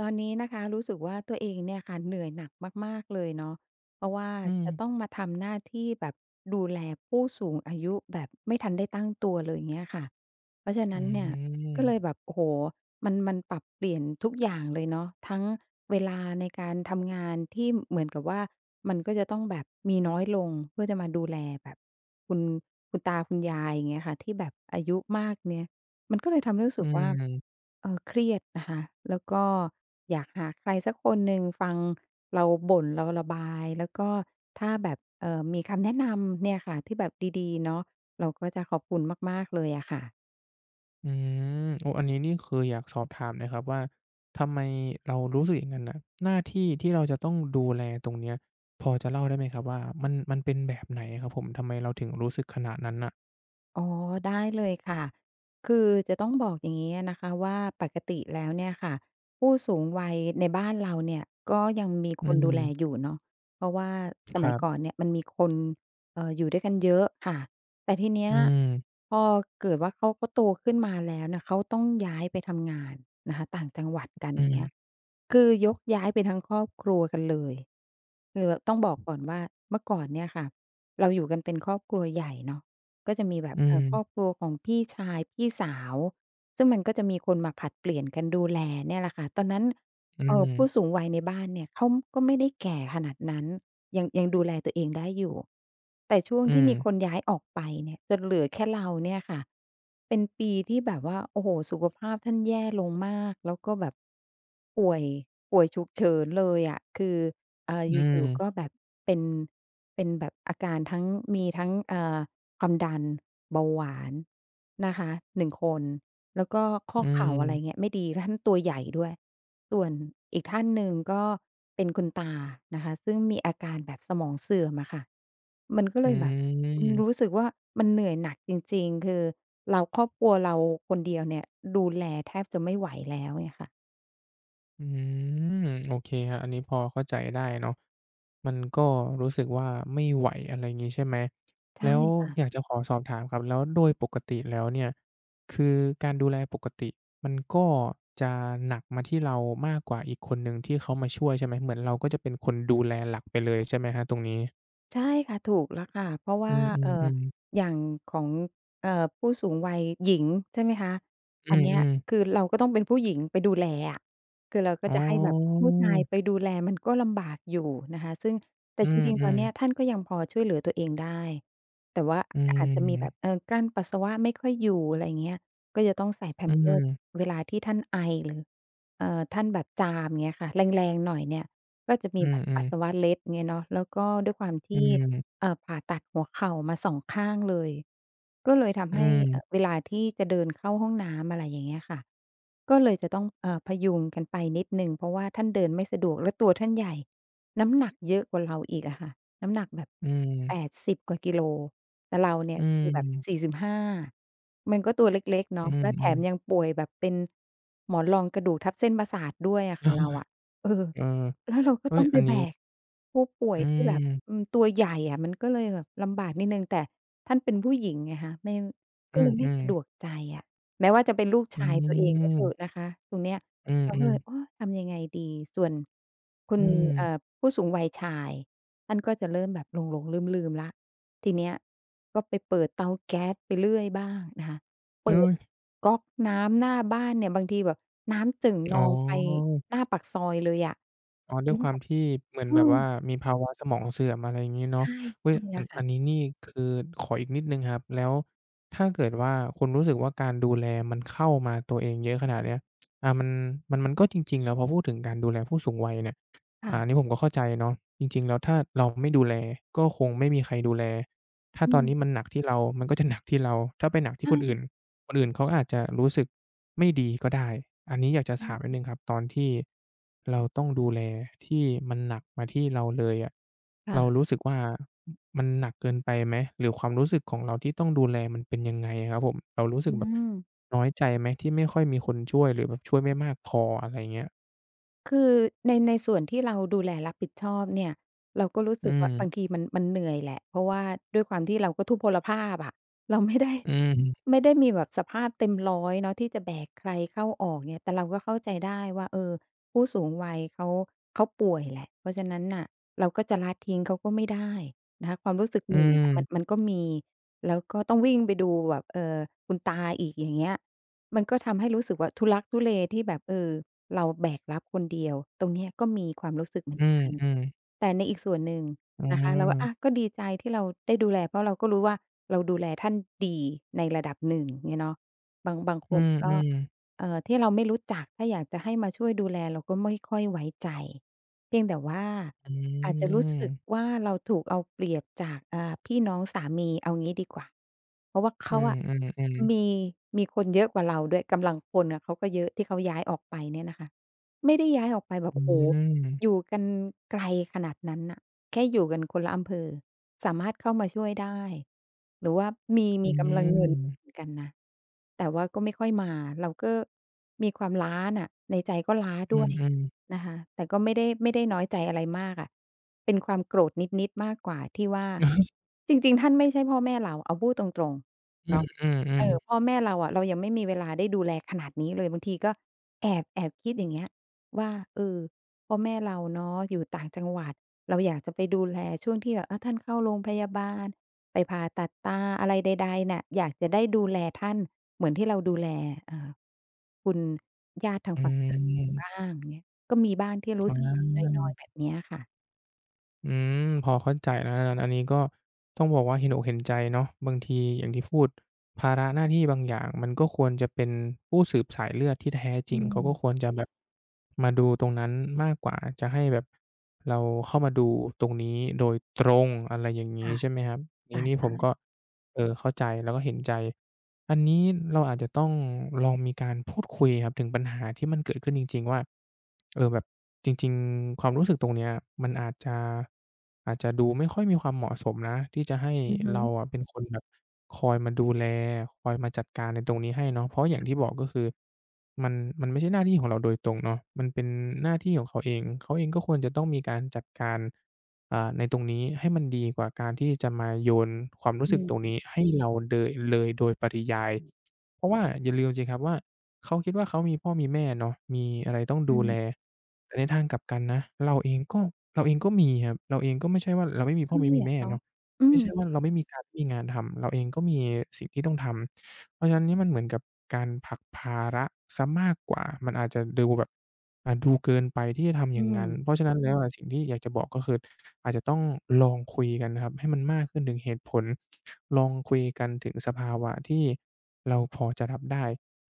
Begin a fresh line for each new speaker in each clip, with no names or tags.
ตอนนี้นะคะรู้สึกว่าตัวเองเนี่ยค่ะเหนื่อยหนักมากๆเลยเนาะเพราะว่า
อืม
จะต้องมาทำหน้าที่แบบดูแลผู้สูงอายุแบบไม่ทันได้ตั้งตัวเลยอย่างเงี้ยค่ะเพราะฉะ
อื
นั้นเนี่ยก็เลยแบ
ม
บโอ้โฮมันปรับเปลี่ยนทุกอย่างเลยเนาะทั้งเวลาในการทำงานที่เหมือนกับว่ามันก็จะต้องแบบมีน้อยลงเพื่อจะมาดูแลแบบคุณคุณตาคุณยายอย่างเงี้ยค่ะที่แบบอายุมากเนี่ย มันก็เลยทำให้รู้
อื
สึกว่า
ม
เครียดนะคะแล้วก็อยากหาใครสักคนหนึ่งฟังเราบ่นเราระบาย แล้วก็ถ้าแบบมีคำแนะนำเนี่ยค่ะที่แบบดีๆเนาะเราก็จะขอบคุณมากๆเลยอะค่ะ
อืมโอ้อันนี้นี่คืออยากสอบถามนะครับว่าทำไมเรารู้สึกอย่างนั้นน่ะหน้าที่ที่เราจะต้องดูแลตรงเนี้ยพอจะเล่าได้ไหมครับว่ามันเป็นแบบไหนอะครับผมทำไมเราถึงรู้สึกขนาดนั้นน่ะ
อ๋อได้เลยค่ะคือจะต้องบอกอย่างงี้นะคะว่าปกติแล้วเนี่ยค่ะผู้สูงวัยในบ้านเราเนี่ยก็ยังมี
อื
คนดูแล
ม
อยู่เนาะเพราะว่าส
ค
มัย
รั
ก่อน
บ
เนี่ยมันมีคนอยู่ด้วยกันเยอะค่ะแต่ทีเนี้
อื
ย
ม
พอเกิดว่าเขาโตขึ้นมาแล้วเนี่ยเขาต้องย้ายไปทำงานนะคะต่างจังหวัดกันอ
อื
ย่าง
ม
เงี้ยคือยกย้ายไปทั้งครอบครัวกันเลยคือต้องบอกก่อนว่าเมื่อก่อนเนี่ยค่ะเราอยู่กันเป็นครอบครัวใหญ่เนาะ ก็จะมีแบบ
อืม
ครอบครัวของพี่ชายพี่สาวซึ่งมันก็จะมีคนมาผลัดเปลี่ยนกันดูแลเนี่ยแหละค่ะตอนนั้น
อืม
ผู้สูงวัยในบ้านเนี่ยเขาก็ไม่ได้แก่ขนาดนั้นยังดูแลตัวเองได้อยู่แต่ช่วง
อื
ที่
ม
มีคนย้ายออกไปเนี่ยจนเหลือแค่เราเนี่ยค่ะเป็นปีที่แบบว่าโอ้โฮสุขภาพท่านแย่ลงมากแล้วก็แบบป่วยป่วยฉุกเฉินเลยอะคืออ
อืม
ยู่ๆก็แบบเป็นเป็นแบบอาการทั้งมีทั้งความดันเบาหวานนะคะ1 คนแล้วก็ข้
อื
อเข่าอะไรเงี้ย
ม
ไม่ดีท่านตัวใหญ่ด้วยส่วนอีกท่านหนึ่งก็เป็นคุณตานะคะซึ่งมีอาการแบบสมองเสื่อมอะค่ะมันก็
อื
เลยแบบรู้
ม
สึกว่ามันเหนื่อยหนักจริงๆคือเราครอบครัวเราคนเดียวเนี่ยดูแลแทบจะไม่ไหวแล้วเงี้ยค่ะ
อืมโอเคครับอันนี้พอเข้าใจได้เนาะมันก็รู้สึกว่าไม่ไหวอะไรงี้ใช่ไหม
ใช่
แล้วอยาก
ค่ะ
จะขอสอบถามครับแล้วโดยปกติแล้วเนี่ยคือการดูแลปกติมันก็จะหนักมาที่เรามากกว่าอีกคนหนึ่งที่เขามาช่วยใช่ไหมเหมือนเราก็จะเป็นคนดูแลหลักไปเลยใช่ไหมครับตรงนี้
ใช่ค่ะถูกแล้วค่ะเพราะ
อื
ว่าเอ่อ
มๆๆ
อย่างของเอ่อผู้สูงวัยหญิงใช่ไหมคะ
อื
อันเนี้ย
ม
คื
ๆ
อเราก็ต้องเป็นผู้หญิงไปดูแลอะคือเราก็
อ๋
จะให้แบบ
อ
ผู้ชายไปดูแลมันก็ลำบากอยู่นะคะซึ่งแต่
อื
จริงๆตอน
ม
เนี้ยท่า
ๆ
นก็ยังพอช่วยเหลือตัวเองได้แต่ว่า
อื
ก็อาจจะมีแบบ
ม
กั้นปัสสาวะไม่ค่อยอยู่อะไรอย่างเงี้ยก็จะต้องใส่
อื
Pampers
ม
เวลาที่ท่านไอหรือเอ่อท่านแบบจามเงี้ยค่ะแรงๆหน่อยเนี่ย ก็จะมี
อื
แบ
ม
บ
อื
ปั
ม
สสาวะเล็ดเงี้ยเนาะแล้วก็ด้วยความที่
ๆ
ผ่าตัดหัวเข่ามา2 ข้างเลยก็เลยทำ
อื
ให้
ม
เวลาที่จะเดินเข้าห้องน้ำอะไรอย่างเงี้ยค่ะก็เลยจะต้องพยุงกันไปนิดหนึ่งเพราะว่าท่านเดินไม่สะดวกแล้วตัวท่านใหญ่น้ำหนักเยอะกว่าเราอีกอะค่ะน้ำหนักแบบ
อืม
80กว่ากิโลแต่เราเนี่ย
อื
คือแบบ
ม
45มันก็ตัวเล็กๆ
อื
เนาะแล้วแถม
ม
ยัง
ๆ
ป่วยแบบเป็นหมอนรองกระดูกทับเส้นประสาทด้วยอะค่ะเรา
เ
อะเออ
ออ
แล้วเราก็
เฮ้
ต้
ย
องไป
อัน
แบ
นี้
กผู้ป่วย
อื
ที่แบบ
ม
ตัวใหญ่อะมันก็เลยแบบลำบากนิดหนึ่งแต่ท่านเป็นผู้หญิงไงคะไม่
อื
ก็เลยไม่
ม
สะดวก
ๆ
ใจอะแม้ว่าจะเป็นลูก
อื
ชายตัวเองก็เถ
ม
อะนะคะตรงเนี้ย
อื
เราก็
ม
เลยโอ้
ๆ
ทำยังไงดีส่วนคุ
อื
ณ
ม
ผู้สูงวัยชายท่านก็จะเริ่มแบบหลงๆลืมๆแล้วทีเนี้ยก็ไปเปิดเตาแก๊สไปเรื่อยบ้างนะคะเปิ
เฮ้
ด
ย
ก๊อกน้ำหน้าบ้านเนี่ยบางทีแบบน้ำจิ่งน
อ๋
องไป
อ
หน้าปากซอยเลยอะ
อ๋อ
คุ
ด้
ณ
วยค
ก็
วา
แบ
ม
บ
ที่เหมือน
เอ
แบบ
อ
ว่ามีภาวะสมองเสื่อมอะไรอย่างงี้เนาะ
ใช่
อุ๊ย
ใช่
อั
แล้
น
ว
อั
ค่ะ
นนี้นี่คือขออีกนิดหนึ่งครับแล้วถ้าเกิดว่าคุณรู้สึกว่าการดูแลมันเข้ามาตัวเองเยอะขนาดเนี้ยมันมันก็จริงๆแล้วพอพูดถึงการดูแลผู้สูงวัยเนี่ยอันนี้
ค่ะ
ผมก็เข้าใจเนาะจริงๆแล้วถ้าเราไม่ดูแลก็คงไม่มีใครดูแลถ้า
อื
ตอน
ม
นี้มันหนักที่เรามันก็จะหนักที่เราถ้าไปหนักที่คนอื่น
ใช่
คนอื่นเขาอาจจะรู้สึกไม่ดีก็ได้อันนี้อยากจะ
อื
ถามนิด
ม
หนึ่งครับตอนที่เราต้องดูแลที่มันหนักมาที่เราเลยอะเรา
ค่ะ
รู้สึกว่ามันหนักเกินไปไหมหรือความรู้สึกของเราที่ต้องดูแลมันเป็นยังไงอะครับผมเรารู้สึ
อื
กแบบ
ม
น้อยใจไหมที่ไม่ค่อยมีคนช่วยหรือแบบช่วยไม่มากพออะไรเงี้ย
คือในส่วนที่เราดูแลรับผิดชอบเนี่ยเราก็รู้
อื
สึกว่าบาง
ม
ทีมันเหนื่อยแหละเพราะว่าด้วยความที่เราก็ทุพพลภาพอะเราไม่ได้
อืม
ไม่ได้มีแบบสภาพเต็ม 100เนาะที่จะแบกใครเข้าออกเนี่ยแต่เราก็เข้าใจได้ว่าเออผู้สูงวัยเขาป่วยแหละเพราะฉะนั้นน่ะเราก็จะละทิ้งเขาก็ไม่ได้นะคะความรู้สึก
อื
เหนื่อยอะมัน
ม
มันก็มีแล้วก็ต้องวิ่งไปดูแบบคุณตาอีกอย่างเงี้ย มันก็ทำให้รู้สึกว่าทุลักทุเลที่แบบเราแบกรับคนเดียวตรงเนี้ยก็มีความรู้สึกเหมือ
อื
น
ม
กัน
อืม
แต่ในอีกส่วนหนึ่ง
อ๋
นะคะเราก็
อ
อะก็ดีใจที่เราได้ดูแลเพราะเราก็รู้ว่าเราดูแลท่านดีในระดับหนึ่งเงี้ยเนาะบางค
อื
นก็
มๆ
ที่เราไม่รู้จักถ้าอยากจะให้มาช่วยดูแลเราก็ไม่ค่อยไว้ใจเพียงแต่ว่า
อื
อาจจะรู้
ม
สึกว่าเราถูกเอาเปรียบจากพี่น้องสามีเอางี้ดีกว่าเพราะว่า
อื
เขา
ม
อะ
อืมๆ
มี
ๆ
มีคนเยอะกว่าเราด้วยกำลังคนอะเขาก็เยอะที่เขาย้ายออกไปเนี่ยนะคะ ไม่ได้ย้ายออกไปแบบ
อื
โอ้โฮอยู่
ม
กันไกลขนาดนั้นน่ะแค่อยู่กันคนละอำเภอสามารถเข้ามาช่วยได้หรือว่ามี
อื
มีกำลังเงินเหมื
ม
อนกันนะแต่ว่าก็ไม่ค่อยมาเราก็มีความล้าน่ะในใจก็ล้า
อื
ด้วย
มๆ
นะคะแต่ก็ไม่ได้น้อยใจอะไรมากอะเป็นความโกรธนิดๆมากกว่าที่ว่า
อ
จริงๆท่านไม่ใช่พ่อแม่เราเอาพูดตรงๆ
ื
เนาะ
มๆ
พ่อ
ๆ
แม่เราอะเรายังไม่มีเวลาได้ดูแลขนาดนี้เลยบางทีก็แอบคิดอย่างเงี้ย ว่าพ่อแม่เราเนาะอยู่ต่างจังหวัดเราอยากจะไปดูแลช่วงที่แบบอาท่านเข้าโรงพยาบาลไปผ่าตัดตาอะไรใดๆน่ะอยากจะได้ดูแลท่านเหมือนที่เราดูแลเอ่อคุณญาติทาง
อื
ฝั่งสามี
ม
บ้างเงี้ยก็มีบ้างที่รู้
อา
สึกแบบนอยๆแบบเนี้ยค่ะ
อืมพอเข้าใจแล้วนะอันนี้ก็ต้องบอกว่าเห็นอกเห็นใจเนาะบางทีอย่างที่พูดภาระหน้าที่บางอย่างมันก็ควรจะเป็นผู้สืบสายเลือดที่แท้จริ
อื
งเขาก็คว
ม
รจะแบบมาดูตรงนั้นมากกว่าจะให้แบบเราเข้ามาดูตรงนี้โดยตรงอะไรอย่างนี้
ค่ะ
ใช่ไหมครับนี่
ค่ะ
นี่ผ
ใช่
มก็เออเข้าใจแล้วก็เห็นใจอันนี้เราอาจจะต้องลองมีการพูดคุยครับถึงปัญหาที่มันเกิดขึ้นจริงๆว่า เออแบบจริงๆความรู้สึกตรงเนี้ยมันอาจจะดูไม่ค่อยมีความเหมาะสมนะที่จะให้
อือฮึ
เราอะเป็นคนแบบคอยมาดูแลคอยมาจัดการในตรงนี้ให้เนาะเพราะอย่างที่บอกก็คือมันมันไม่ใช่หน้าที่ของเราโดยตรงเนาะมันเป็นหน้าที่ของเขาเองเขาเองก็ควรจะต้องมีการจัดการในตรงนี้ให้มันดีกว่าการที่จะมาโยนความรู้สึก
อื
ตรง
ม
นี้ให้เราเดยเลยโดยปริยายเพราะว่าอย่าลืมสิครับว่า เขาคิดว่าเขามีพ่อมีแม่เนาะมีอะไรต้อง
อื
ดูแล
ม
แต่ในทางกลับกันนะเราเองก็เราเองก็มีครับเราเองก็ไม่ใช่ว่าเราไม่มีพ่อ
ใช่
ไม่มี
อะ
แม่
เนาะ
เนาะ
อื
ไม่
ม
ใช่ว่าเราไม่มีการไม่มีงานทำเราเองก็มีสิ่งที่ต้องทำเพราะฉะนั้นเนี่ยมันเหมือนกับการผลักภาระเสียมากกว่ามันอาจจะดูแบบดูเกินไปที่จะทำอย่า
อื
ง
ม
งั้นเพราะฉะนั้นแล้วอะสิ่งที่อยากจะบอกก็คืออาจจะต้องลองคุยกันนะครับให้มันมากขึ้นถึงเหตุผลลองคุยกันถึงสภาวะที่เราพอจะรับได้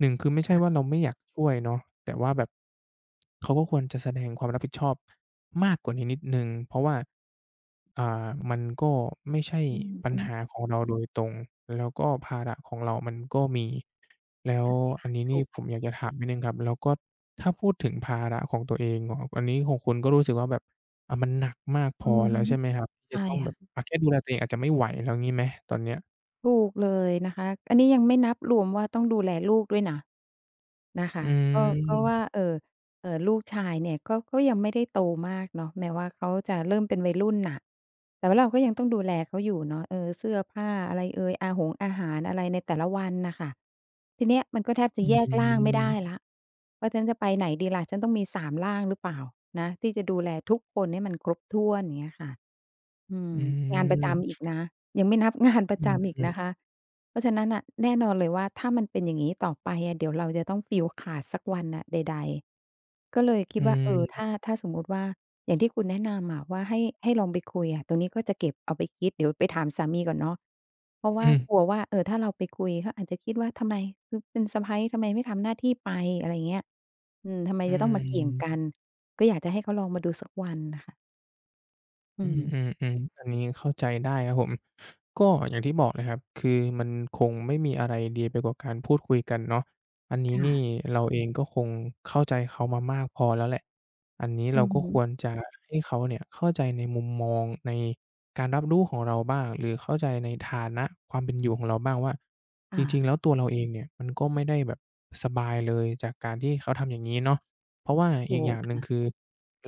1คือไม่ใช่ว่า
ค่ะ
เราไม่อยากช่วยเนาะแต่ว่าแบบเขาก็ควรจะแสดงความรับผิดชอบมากกว่านี้นิดหนึ่งเพราะว่ามันก็ไม่ใช่
อือ
ปัญ
ฮึ
หาของเราโดยตรงแล้วก็ภาระของเรามันก็มีแล้วอันนี้
ถู
นี่ผม
ก
อยากจะถามนิดหนึ่งครับแล้วก็ถ้าพูดถึงภาระของตัวเองเนาะอันนี้ของคุณก็รู้สึกว่าแบบมันหนักมากพอ
อือ
แล้
ฮึ
วใช่ไหมครับที่จะ
ใช่
ต้องแบบ
ค่ะ
อะแค่ดูแลตัวเองอาจจะไม่ไหวแล้วงี้ไหมตอนเนี้ย
ถูกเลยนะคะอันนี้ยังไม่นับรวมว่าต้องดูแลลูกด้วยนะนะ
อื
คะก็ว่า
ม
ลูกชายเนี่ยก็ยังไม่ได้โตมากเนาะแม้ว่าเขาจะเริ่มเป็นวัยรุ่นน่ะแต่ว่าเราก็ยังต้องดูแลเขาอยู่เนาะเสื้อผ้าอะไรเอยอาหารอะไรในแต่ละวันน่ะค่ะทีเนี้ยมันก็แทบจะ
อื
แยกร่างไม่
ม
ได้แล้วว่าฉันจะไปไหนดีล่ะฉันต้องมีสามร่างหรือเปล่า อืม
อื
งานประจำ
ม
อีกนะยังไม่นับงานประ
อื
จำอี
ม
กนะคะเพราะฉะนั้นน่ะแน่นอนเลยว่าถ้ามันเป็นอย่างงี้ต่อไปอะเดี๋ยวเราจะต้องฟีลขาดสักวันน่ะใดๆก็เลยคิ
อื
ดว่า
ม
ถ้าสมมุติว่าอย่างที่คุณแนะนำอะว่าให้ลองไปคุยอะตรงนี้ก็จะเก็บเอาไปคิดเดี๋ยวไปถามสามีก่อนเนาะเพราะว่า
อืม
กลัวว่าถ้าเราไปคุยเขาอาจจะคิดว่าทำไมคือเป็นสะใภ้ทำไมไม่ทำหน้าที่ไปอะไรอย่างเงี้ยอืมทำไม
อื
จะต้องมาเกี่ยงกั
ม
นก็อยากจะให้เขาลองมาดูสักวันน่ะค่ะอื
อืมอื
ม
มอันนี้เข้าใจได้ครับผมก็อย่างที่บอกเลยครับคือมันคงไม่มีอะไรดีไปกว่าการพูดคุยกันเนาะอันนี้นี่
ค่ะ
เราเองก็คงเข้าใจเขามามากพอแล้วแหละอันนี้
อื
เรา
อ
ก็
ฮึ
ควรจะให้เขาเนี่ยเข้าใจในมุมมองในการรับรู้ของเราบ้างหรือเข้าใจในฐานะความเป็นอยู่ของเราบ้างว่าจริงๆแล้
ค่ะ
วตัวเราเองเนี่ยมันก็ไม่ได้แบบสบายเลยจากการที่เขาทำอย่างนี้เนาะเพราะว่าอีก
ถู
อ
ก
ย่างหนึ่ง
ค่ะ
คือ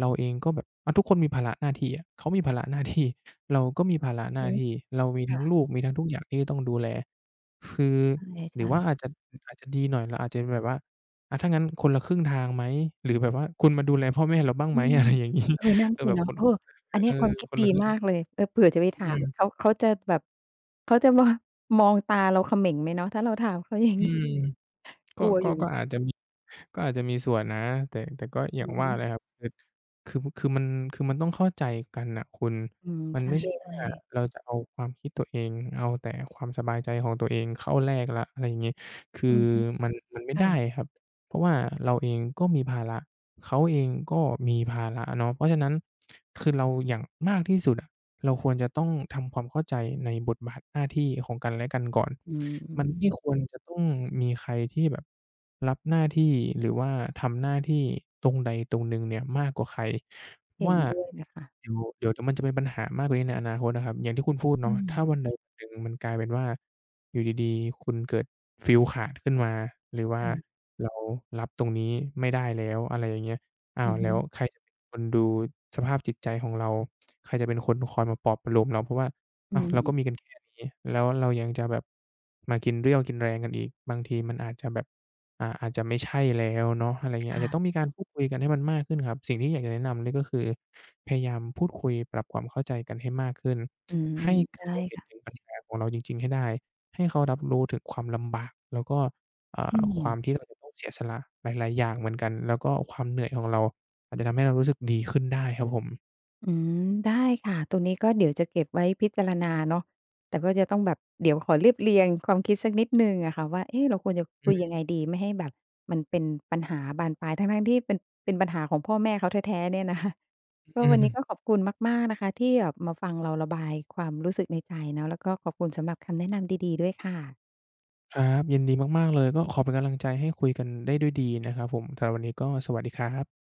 เราเองก็แบบอะทุกคนมีภาระหน้าที่อะเขามีภาระหน้าที่ เราก็มีภาระ
อือ
หน้า
ฮึ
ที่เรามี
ค่ะ
ทั้งลูกมีทั้งทุกอย่างที่ต้องดูแลคือหรือ
ใช่
ว่าอาจ
ๆ
จะอาจจะดีหน่อยเราอาจจะแบบว่าอะถ้างั้นคนละครึ่งทางไหมหรือแบบว่าคุณมาดูแลพ่อแม่เราบ้าง
อื
ไหม
ม
อะไรอย่างงี้
นั่น
เออ
สิ
แบบค
เนาะ
น
เอออันเนี้
เอ
ย
อ
ความคิด
คน
ดี
ละครึ่
มา
ง
กเลยเผื่อจะไป
อื
ถามเขา
ม
เขาจะแบบเขาจะม มองตาเราเขม่งไหมเนาะถ้าเราถามเขาอย่าง
อื
งี้
ม
ก
ก็
ลัวอ
ก็
ยู่
ก็อาจจะมีก็อาจจะมีส่วนนะแต่ก็อย่า
อื
ง
อฮึ
ว่าแหละครับคือคือมันคือมันต้องเข้าใจกันน่ะคุณ
อืม
มัน
ใช่
ไม่ใช่ว่า
ๆ
เราจะเอาความคิดตัวเองเอาแต่ความสบายใจของตัวเองเข้าแลกแล้วอะไรอย่างงี้คื
อื
อ
อฮึ
มันไม่
ค่ะ
ได้ครับเพราะว่าเราเองก็มีภาระเขาเองก็มีภาระเนาะเพราะฉะนั้นคือเราอย่างมากที่สุดอะ เราควรจะต้องทำความเข้าใจในบทบาทหน้าที่ของกันและกันก่อน
อื
มันไม่
ม
ควรจะต้องมีใครที่แบบรับหน้าที่หรือว่าทำหน้าที่ตรงใดตรงหนึ่งเนี่ยมากกว่าใคร
เห็น
ว่า
ด้วยเลยค่ะ
เดี๋ยวมันจะเป็นปัญหามากกว่านี้ในอนาคตนะครับอย่างที่คุณพูด
อื
เนาะ
ม
ถ้าวันใดวันหนึ่งมันกลายเป็นว่าอยู่ดีๆคุณเกิดฟีลขาดขึ้นมาหรือว่า
ค่ะ
เรารับตรงนี้ไม่ได้แล้วอะไรอย่างเงี้ย อ้า
อื
ว
อ
แล้
ฮึ
วใครจะเป็นคนดูสภาพจิตใจของเราใครจะเป็นคนคอยมาปลอบประโลมเราเพราะว่า
อื
อ้าว
ม
เราก็มีกันแค่นี้แล้วเรายังจะแบบมากินเรี่ยวกินแรงกันอีกบางทีมันอาจจะแบบอ่าอาจจะไม่ใช่แล้วเนาะอะไรเงี้ยอาจจะต้อง
ค่ะ
มีการพูดคุยกันให้มันมากขึ้นครับสิ่งที่อยากจะแนะนำเลยก็คือพยายามพูดคุยปรับความเข้าใจกันให้มากขึ้น
อืม
ให้
ได้
เขาเห็นถึ
ค่ะ
งปัญหาของเราจริงๆให้ได้ให้เขารับรู้ถึงความลำบากแล้วก็
อื
ความ
ม
ที่เราจะต้องเสียสละหลายๆอย่างเหมือนกันแล้วก็ความเหนื่อยของเราอาจจะทำให้เรารู้สึกดีขึ้นได้ครับผม
อืมได้ค่ะตรงนี้ก็เดี๋ยวจะเก็บไว้พิจารณาเนาะแต่ก็จะต้องแบบเดี๋ยวขอเรียบเรียงความคิดสักนิดหนึ่งอะค่ะว่าเอ๊ะเราควรจะ
อื
คุยยัง
ม
ไงดีไม่ให้แบบมันเป็นปัญหาบานปลายทั้งๆที่เป็นปัญหาของพ่อแม่เขาแท้ๆเนี่ยนะคะ ก็
อื
วันนี้ก็ข
ม
อบคุณมากๆนะคะที่แบบมาฟังเราระบายความรู้สึกในใจเนาะแล้วก็ขอบคุณสำหรับคำแนะนำดีๆด้วยค่ะ
ครับยินดีมากๆเลยก็ขอเป็นกำลังใจให้คุยกันได้ด้วยดีนะครับผมสำหรับวันนี้ก็สวัสดีครับ